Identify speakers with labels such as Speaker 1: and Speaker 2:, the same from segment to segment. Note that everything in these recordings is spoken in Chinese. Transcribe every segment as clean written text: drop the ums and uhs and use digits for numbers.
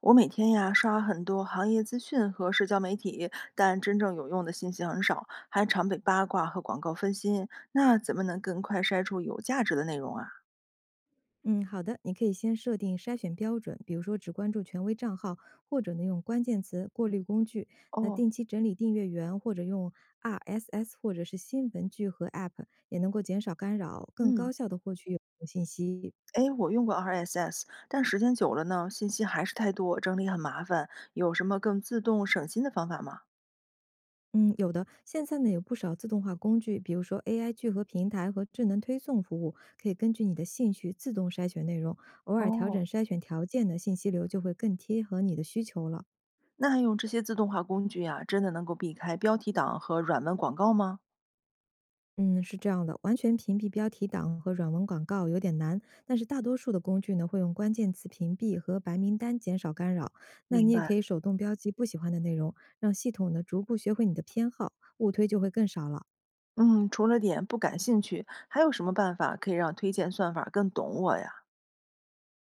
Speaker 1: 我每天呀刷很多行业资讯和社交媒体，但真正有用的信息很少，还常被八卦和广告分心。那怎么能更快筛出有价值的内容啊？
Speaker 2: 嗯，好的，你可以先设定筛选标准，比如说只关注权威账号，或者呢用关键词过滤工具。那
Speaker 1: 哦。
Speaker 2: 定期整理订阅源，或者用 RSS 或者是新闻聚合 App，也能够减少干扰，更
Speaker 1: 嗯。
Speaker 2: 高效的获取有用信息。
Speaker 1: 诶，我用过 RSS，但时间久了呢，信息还是太多，整理很麻烦。有什么更自动省心的方法吗？
Speaker 2: 嗯，有的，现在呢有不少自动化工具，比如说 AI 聚合平台和智能推送服务，可以根据你的兴趣自动筛选内容，偶尔调整
Speaker 1: 哦。
Speaker 2: 筛选条件呢，信息流就会更贴合你的需求了。
Speaker 1: 那用这些自动化工具呀，真的能够避开标题党和软文广告吗？
Speaker 2: 嗯，是这样的，完全屏蔽标题党和软文广告有点难，但是大多数的工具呢会用关键词屏蔽和白名单减少干扰。那
Speaker 1: 明
Speaker 2: 你也
Speaker 1: 白。
Speaker 2: 可以手动标记不喜欢的内容，让系统呢逐步学会你的偏好，误推就会更少了。
Speaker 1: 嗯，除了点不感兴趣，还有什么办法可以让推荐算法更懂我呀？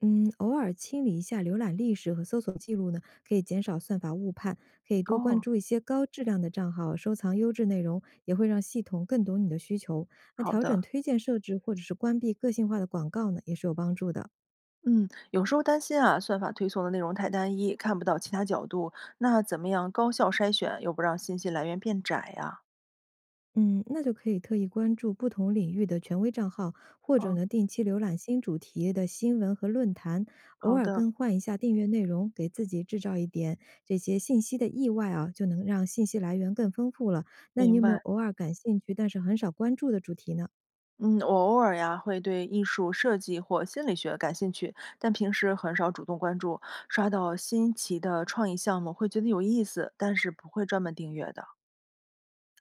Speaker 2: 嗯，偶尔清理一下浏览历史和搜索记录呢，可以减少算法误判，可以多关
Speaker 1: 哦。
Speaker 2: 注一些高质量的账号，收藏优质内容，也会让系统更懂你的需求。那
Speaker 1: 好
Speaker 2: 调整
Speaker 1: 的。
Speaker 2: 推荐设置或者是关闭个性化的广告呢，也是有帮助的。
Speaker 1: 嗯，有时候担心啊，算法推送的内容太单一，看不到其他角度。那怎么样高效筛选，又不让信息来源变窄呀？
Speaker 2: 嗯，那就可以特意关注不同领域的权威账号，或者
Speaker 1: 哦。
Speaker 2: 呢定期浏览新主题的新闻和论坛，偶
Speaker 1: 好
Speaker 2: 尔
Speaker 1: 的。
Speaker 2: 更换一下订阅内容，给自己制造一点这些信息的意外啊，就能让信息来源更丰富了。那你
Speaker 1: 明
Speaker 2: 有没
Speaker 1: 白。
Speaker 2: 有偶尔感兴趣但是很少关注的主题呢？
Speaker 1: 嗯，我偶尔呀会对艺术设计或心理学感兴趣，但平时很少主动关注。刷到新奇的创意项目会觉得有意思，但是不会专门订阅的。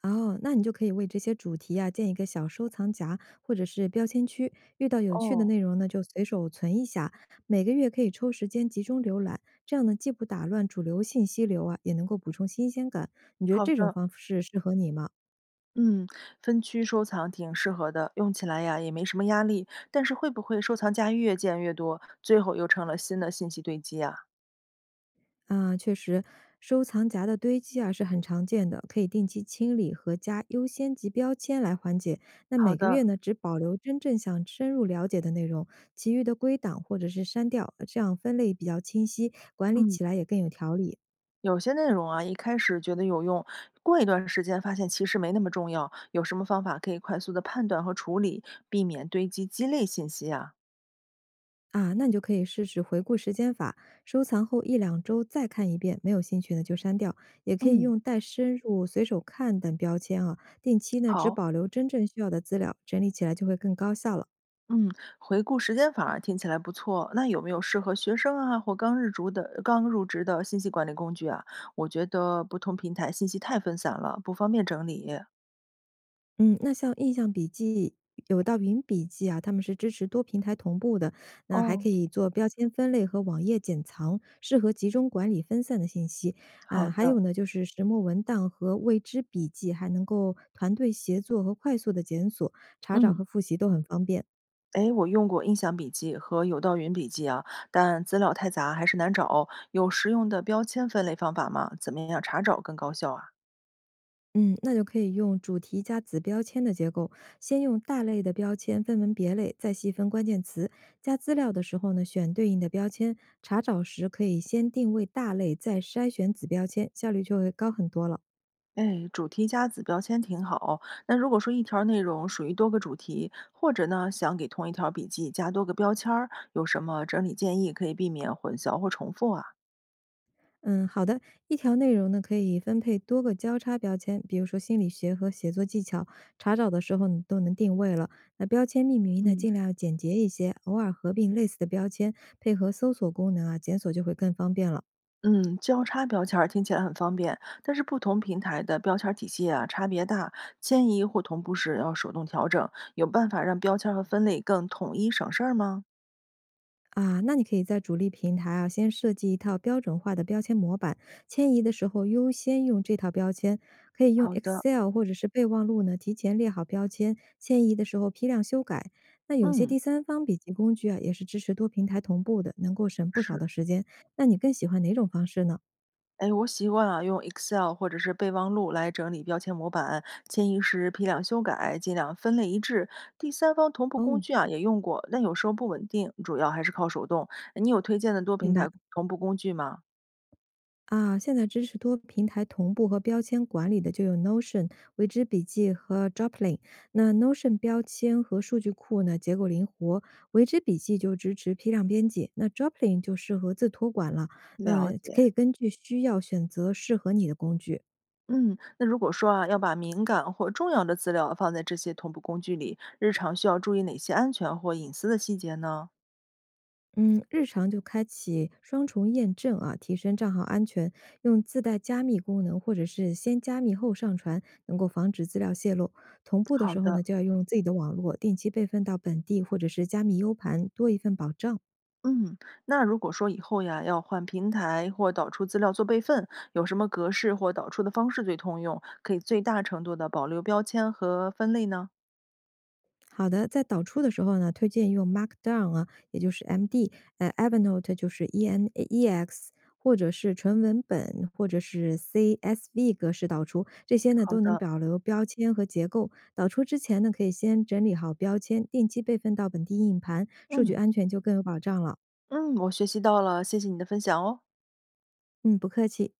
Speaker 2: 哦，那你就可以为这些主题啊建一个小收藏夹或者是标签区，遇到有趣的
Speaker 1: 哦。
Speaker 2: 内容呢就随手存一下，每个月可以抽时间集中浏览，这样呢既不打乱主流信息流啊，也能够补充新鲜感。你觉得
Speaker 1: 好
Speaker 2: 这种
Speaker 1: 的。
Speaker 2: 方式适合你吗？
Speaker 1: 嗯，分区收藏挺适合的，用起来呀也没什么压力。但是会不会收藏夹越建越多，最后又成了新的信息堆积啊？
Speaker 2: 啊，确实，收藏夹的堆积啊是很常见的，可以定期清理和加优先级标签来缓解。那
Speaker 1: 好
Speaker 2: 每个
Speaker 1: 的。
Speaker 2: 月呢，只保留真正想深入了解的内容，其余的归档或者是删掉，这样分类比较清晰，管理
Speaker 1: 嗯，
Speaker 2: 起来也更有条理
Speaker 1: 有些内容啊，一开始觉得有用，过一段时间发现其实没那么重要。有什么方法可以快速的判断和处理，避免堆积鸡肋信息啊？
Speaker 2: 啊。那你就可以试试回顾时间法，收藏后一两周再看一遍，没有兴趣呢就删掉。也可以
Speaker 1: 嗯。
Speaker 2: 用带深入、随手看等标签啊，定期呢只
Speaker 1: 好。
Speaker 2: 保留真正需要的资料，整理起来就会更高效了。
Speaker 1: 嗯，回顾时间法儿听起来不错。那有没有适合学生啊或刚入职的信息管理工具啊？我觉得不同平台信息太分散了，不方便整理。
Speaker 2: 嗯，那像印象笔记有道云笔记啊，他们是支持多平台同步的，那还
Speaker 1: 哦。
Speaker 2: 可以做标签分类和网页剪藏，适合集中管理分散的信息
Speaker 1: 好
Speaker 2: 啊。还
Speaker 1: 的。
Speaker 2: 有呢，就是石墨文档和未知笔记，还能够团队协作和快速的检索、查找
Speaker 1: 嗯。
Speaker 2: 和复习都很方便。
Speaker 1: 诶，我用过印象笔记和有道云笔记啊，但资料太杂还是难找。有实用的标签分类方法吗？怎么样查找更高效啊？
Speaker 2: 嗯，那就可以用主题加子标签的结构，先用大类的标签分门别类，再细分关键词。加资料的时候呢，选对应的标签。查找时可以先定位大类，再筛选子标签，效率就会高很多了。
Speaker 1: 哎，主题加子标签挺好。那如果说一条内容属于多个主题，或者呢想给同一条笔记加多个标签儿，有什么整理建议可以避免混淆或重复啊？
Speaker 2: 嗯，好的，一条内容呢可以分配多个交叉标签，比如说心理学和写作技巧。查找的时候你都能定位了。那标签命名呢，
Speaker 1: 嗯，
Speaker 2: 尽量要简洁一些，偶尔合并类似的标签，配合搜索功能啊，检索就会更方便了。
Speaker 1: 嗯，交叉标签儿听起来很方便，但是不同平台的标签儿体系啊差别大，迁移或同步时要手动调整。有办法让标签儿和分类更统一省事儿吗？
Speaker 2: 啊，那你可以在主力平台啊，先设计一套标准化的标签模板，迁移的时候优先用这套标签，可以用
Speaker 1: 好的。
Speaker 2: Excel 或者是备忘录呢，提前列好标签，迁移的时候批量修改。那有些
Speaker 1: 嗯。
Speaker 2: 第三方笔记工具啊，也是支持多平台同步的，能够省不少的
Speaker 1: 是。
Speaker 2: 时间。那你更喜欢哪种方式呢？
Speaker 1: 哎，我习惯啊用 Excel 或者是备忘录来整理标签模板，迁移时批量修改，尽量分类一致。第三方同步工
Speaker 2: 哦，
Speaker 1: 具啊也用过，但有时候不稳定，主要还是靠手动。哎，你有推荐的多平
Speaker 2: 明白。
Speaker 1: 台同步工具吗？
Speaker 2: 啊，现在支持多平台同步和标签管理的就有 Notion、为之笔记和 Droplin。那 Notion 标签和数据库呢，结构灵活；为之笔记就支持批量编辑，那 Droplin 就适合自托管了。
Speaker 1: 了
Speaker 2: 那
Speaker 1: 解。
Speaker 2: 可以根据需要选择适合你的工具。
Speaker 1: 嗯，那如果说啊要把敏感或重要的资料放在这些同步工具里，日常需要注意哪些安全或隐私的细节呢？
Speaker 2: 嗯，日常就开启双重验证啊，提升账号安全。用自带加密功能，或者是先加密后上传，能够防止资料泄露。同步的
Speaker 1: 好
Speaker 2: 时候呢，
Speaker 1: 的。
Speaker 2: 就要用自己的网络定期备份到本地或者是加密 U 盘，多一份保障。
Speaker 1: 嗯，那如果说以后呀，要换平台或导出资料做备份，有什么格式或导出的方式最通用，可以最大程度的保留标签和分类呢？
Speaker 2: 好的，在导出的时候呢，推荐用 Markdown 啊，也就是 MD，Evernote 就是 EN EX，或者是纯文本，或者是 CSV 格式导出，这些呢
Speaker 1: 好
Speaker 2: 都能
Speaker 1: 的。
Speaker 2: 保留标签和结构。导出之前呢，可以先整理好标签，定期备份到本地硬盘，数据
Speaker 1: 嗯
Speaker 2: 安全就更有保障了。
Speaker 1: 嗯，我学习到了，谢谢你的分享哦。
Speaker 2: 嗯，不客气。